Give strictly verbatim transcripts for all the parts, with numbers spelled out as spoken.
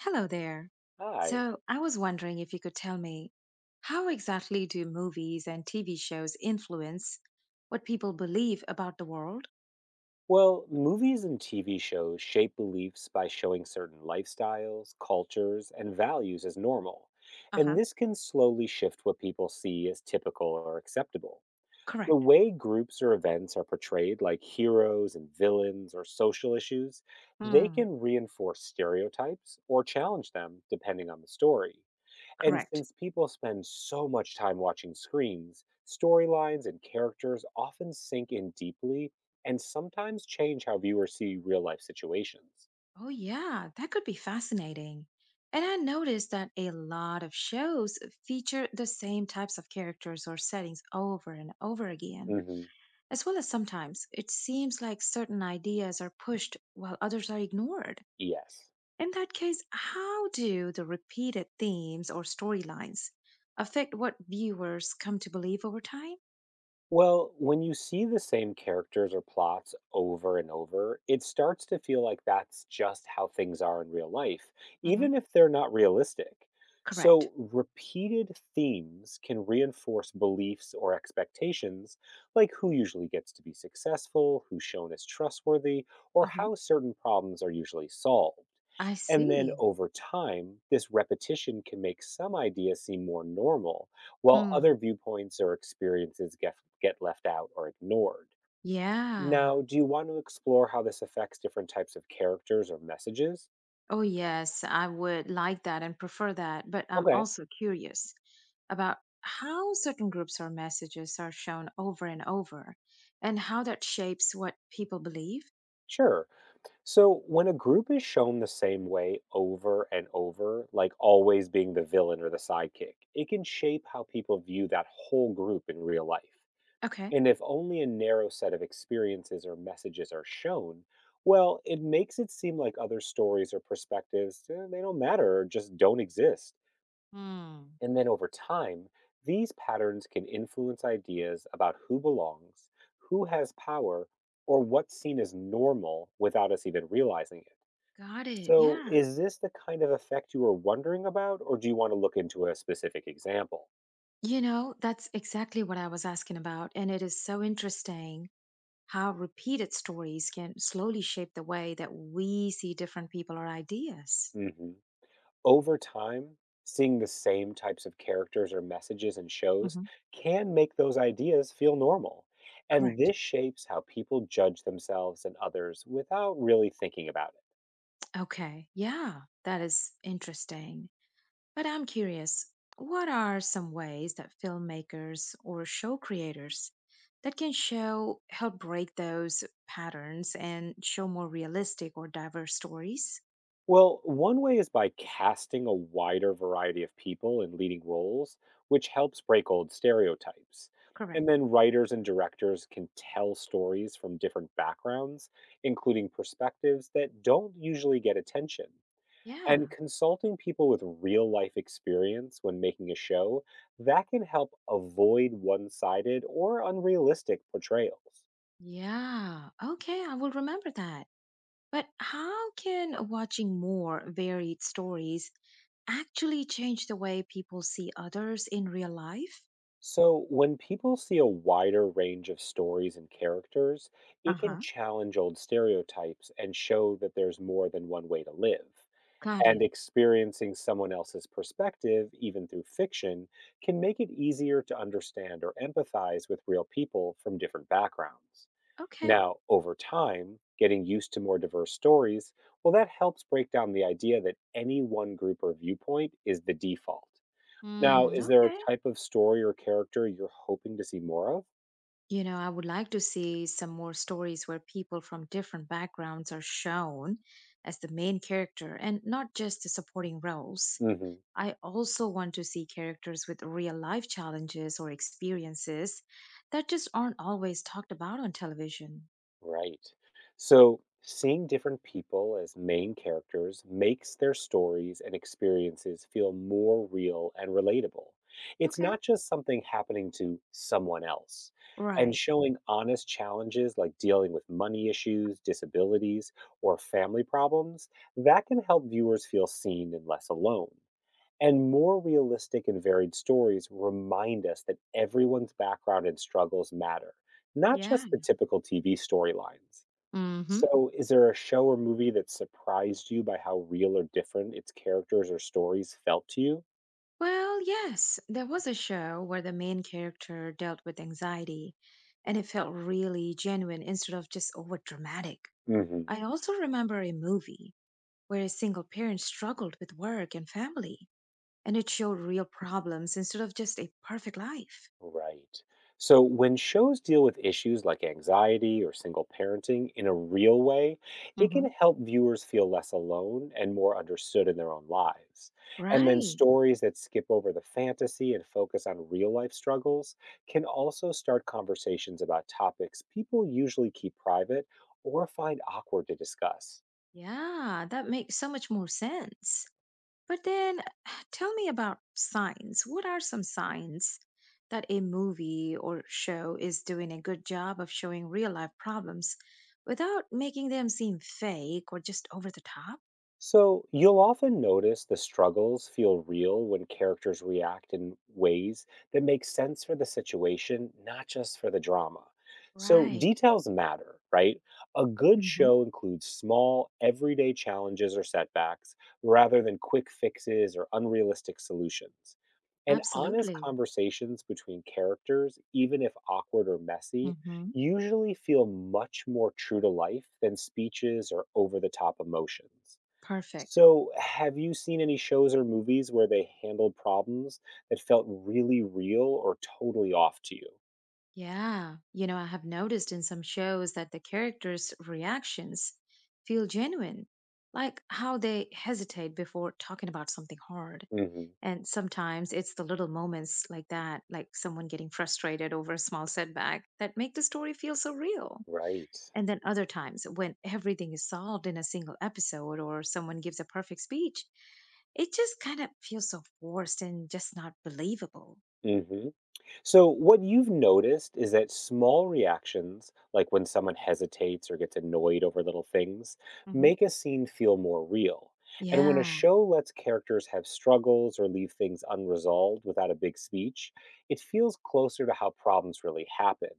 Hello there. Hi. So, I was wondering if you could tell me, how exactly do movies and T V shows influence what people believe about the world? Well, movies and T V shows shape beliefs by showing certain lifestyles, cultures, and values as normal. Uh And huh. this can slowly shift what people see as typical or acceptable. The Correct. way groups or events are portrayed, like heroes and villains or social issues, they Hmm. can reinforce stereotypes or challenge them depending on the story. And Correct. since people spend so much time watching screens, storylines and characters often sink in deeply and sometimes change how viewers see real life situations. Oh, yeah, that could be fascinating. And I noticed that a lot of shows feature the same types of characters or settings over and over again, Hmm. as well as sometimes it seems like certain ideas are pushed while others are ignored. Yes. In that case, how do the repeated themes or storylines affect what viewers come to believe over time? Well, when you see the same characters or plots over and over, it starts to feel like that's just how things are in real life, Hmm. even if they're not realistic. Correct. So, repeated themes can reinforce beliefs or expectations, like who usually gets to be successful, who's shown as trustworthy, or Hmm. how certain problems are usually solved. I And then see. over time, this repetition can make some ideas seem more normal while Hmm. other viewpoints or experiences get, get left out or ignored. Yeah. Now, do you want to explore how this affects different types of characters or messages? Oh, yes, I would like that and prefer that. But I'm Okay, also curious about how certain groups or messages are shown over and over and how that shapes what people believe. sure. So, when a group is shown the same way over and over, like always being the villain or the sidekick, it can shape how people view that whole group in real life. Okay. And if only a narrow set of experiences or messages are shown, well, it makes it seem like other stories or perspectives, eh, they don't matter or just don't exist. Hmm. And then over time, these patterns can influence ideas about who belongs, who has power, or what's seen as normal without us even realizing it. Got it. So, Yeah. is this the kind of effect you were wondering about, or do you want to look into a specific example? You know, that's exactly what I was asking about. And it is so interesting how repeated stories can slowly shape the way that we see different people or ideas. Hmm. Over time, seeing the same types of characters or messages in shows Hmm. can make those ideas feel normal. And Correct. this shapes how people judge themselves and others without really thinking about it. Okay, yeah, that is interesting. But I'm curious, what are some ways that filmmakers or show creators that can show help break those patterns and show more realistic or diverse stories? Well, one way is by casting a wider variety of people in leading roles, which helps break old stereotypes. And Correct. then writers and directors can tell stories from different backgrounds, including perspectives that don't usually get attention. Yeah. And consulting people with real life experience when making a show, that can help avoid one sided or unrealistic portrayals. Yeah, okay, I will remember that. But how can watching more varied stories actually change the way people see others in real life? So, when people see a wider range of stories and characters, Uh it can huh. challenge old stereotypes and show that there's more than one way to live. Got And it. experiencing someone else's perspective, even through fiction, can make it easier to understand or empathize with real people from different backgrounds. Okay. Now, over time, getting used to more diverse stories, well, that helps break down the idea that any one group or viewpoint is the default. Now, Mm, is there a okay. type of story or character you're hoping to see more of? You know, I would like to see some more stories where people from different backgrounds are shown as the main character and not just the supporting roles. Hmm. I also want to see characters with real life challenges or experiences that just aren't always talked about on television. Right. So, seeing different people as main characters makes their stories and experiences feel more real and relatable. It's Okay. not just something happening to someone else. And Right. showing honest challenges like dealing with money issues, disabilities, or family problems, that can help viewers feel seen and less alone. And more realistic and varied stories remind us that everyone's background and struggles matter, not Yeah. just the typical T V storylines. Hmm. So, is there a show or movie that surprised you by how real or different its characters or stories felt to you? Well, yes, there was a show where the main character dealt with anxiety, and it felt really genuine instead of just over dramatic. Hmm. I also remember a movie where a single parent struggled with work and family, and it showed real problems instead of just a perfect life. Right. So when shows deal with issues like anxiety or single parenting in a real way, it can Hmm. help viewers feel less alone and more understood in their own lives. And then Right. stories that skip over the fantasy and focus on real life struggles can also start conversations about topics people usually keep private or find awkward to discuss. Yeah, that makes so much more sense. But then tell me about signs. What are some signs that a movie or show is doing a good job of showing real life problems without making them seem fake or just over the top? So, you'll often notice the struggles feel real when characters react in ways that make sense for the situation, not just for the drama. So, Right. details matter, right? A good Hmm. show includes small, everyday challenges or setbacks rather than quick fixes or unrealistic solutions. And honest Absolutely. conversations between characters, even if awkward or messy, Hmm. usually feel much more true to life than speeches or over the top emotions. Perfect. So, have you seen any shows or movies where they handled problems that felt really real or totally off to you? Yeah. You know, I have noticed in some shows that the characters' reactions feel genuine, like how they hesitate before talking about something hard. Hmm. And sometimes it's the little moments like that, like someone getting frustrated over a small setback, that make the story feel so real. Right. And then other times when everything is solved in a single episode or someone gives a perfect speech, it just kind of feels so forced and just not believable. Hmm. So, what you've noticed is that small reactions, like when someone hesitates or gets annoyed over little things, Hmm. make a scene feel more real. And when a Yeah, show lets characters have struggles or leave things unresolved without a big speech, it feels closer to how problems really happen.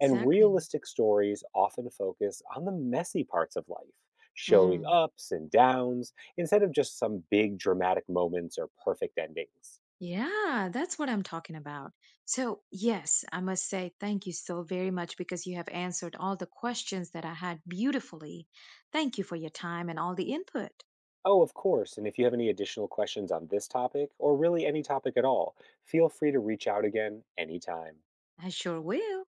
And realistic stories often focus on the messy parts of life, showing Mm. ups and downs, instead of just some big dramatic moments or perfect endings. Yeah, that's what I'm talking about. So, yes, I must say thank you so very much because you have answered all the questions that I had beautifully. Thank you for your time and all the input. Oh, of course. And if you have any additional questions on this topic, or really any topic at all, feel free to reach out again anytime. I sure will.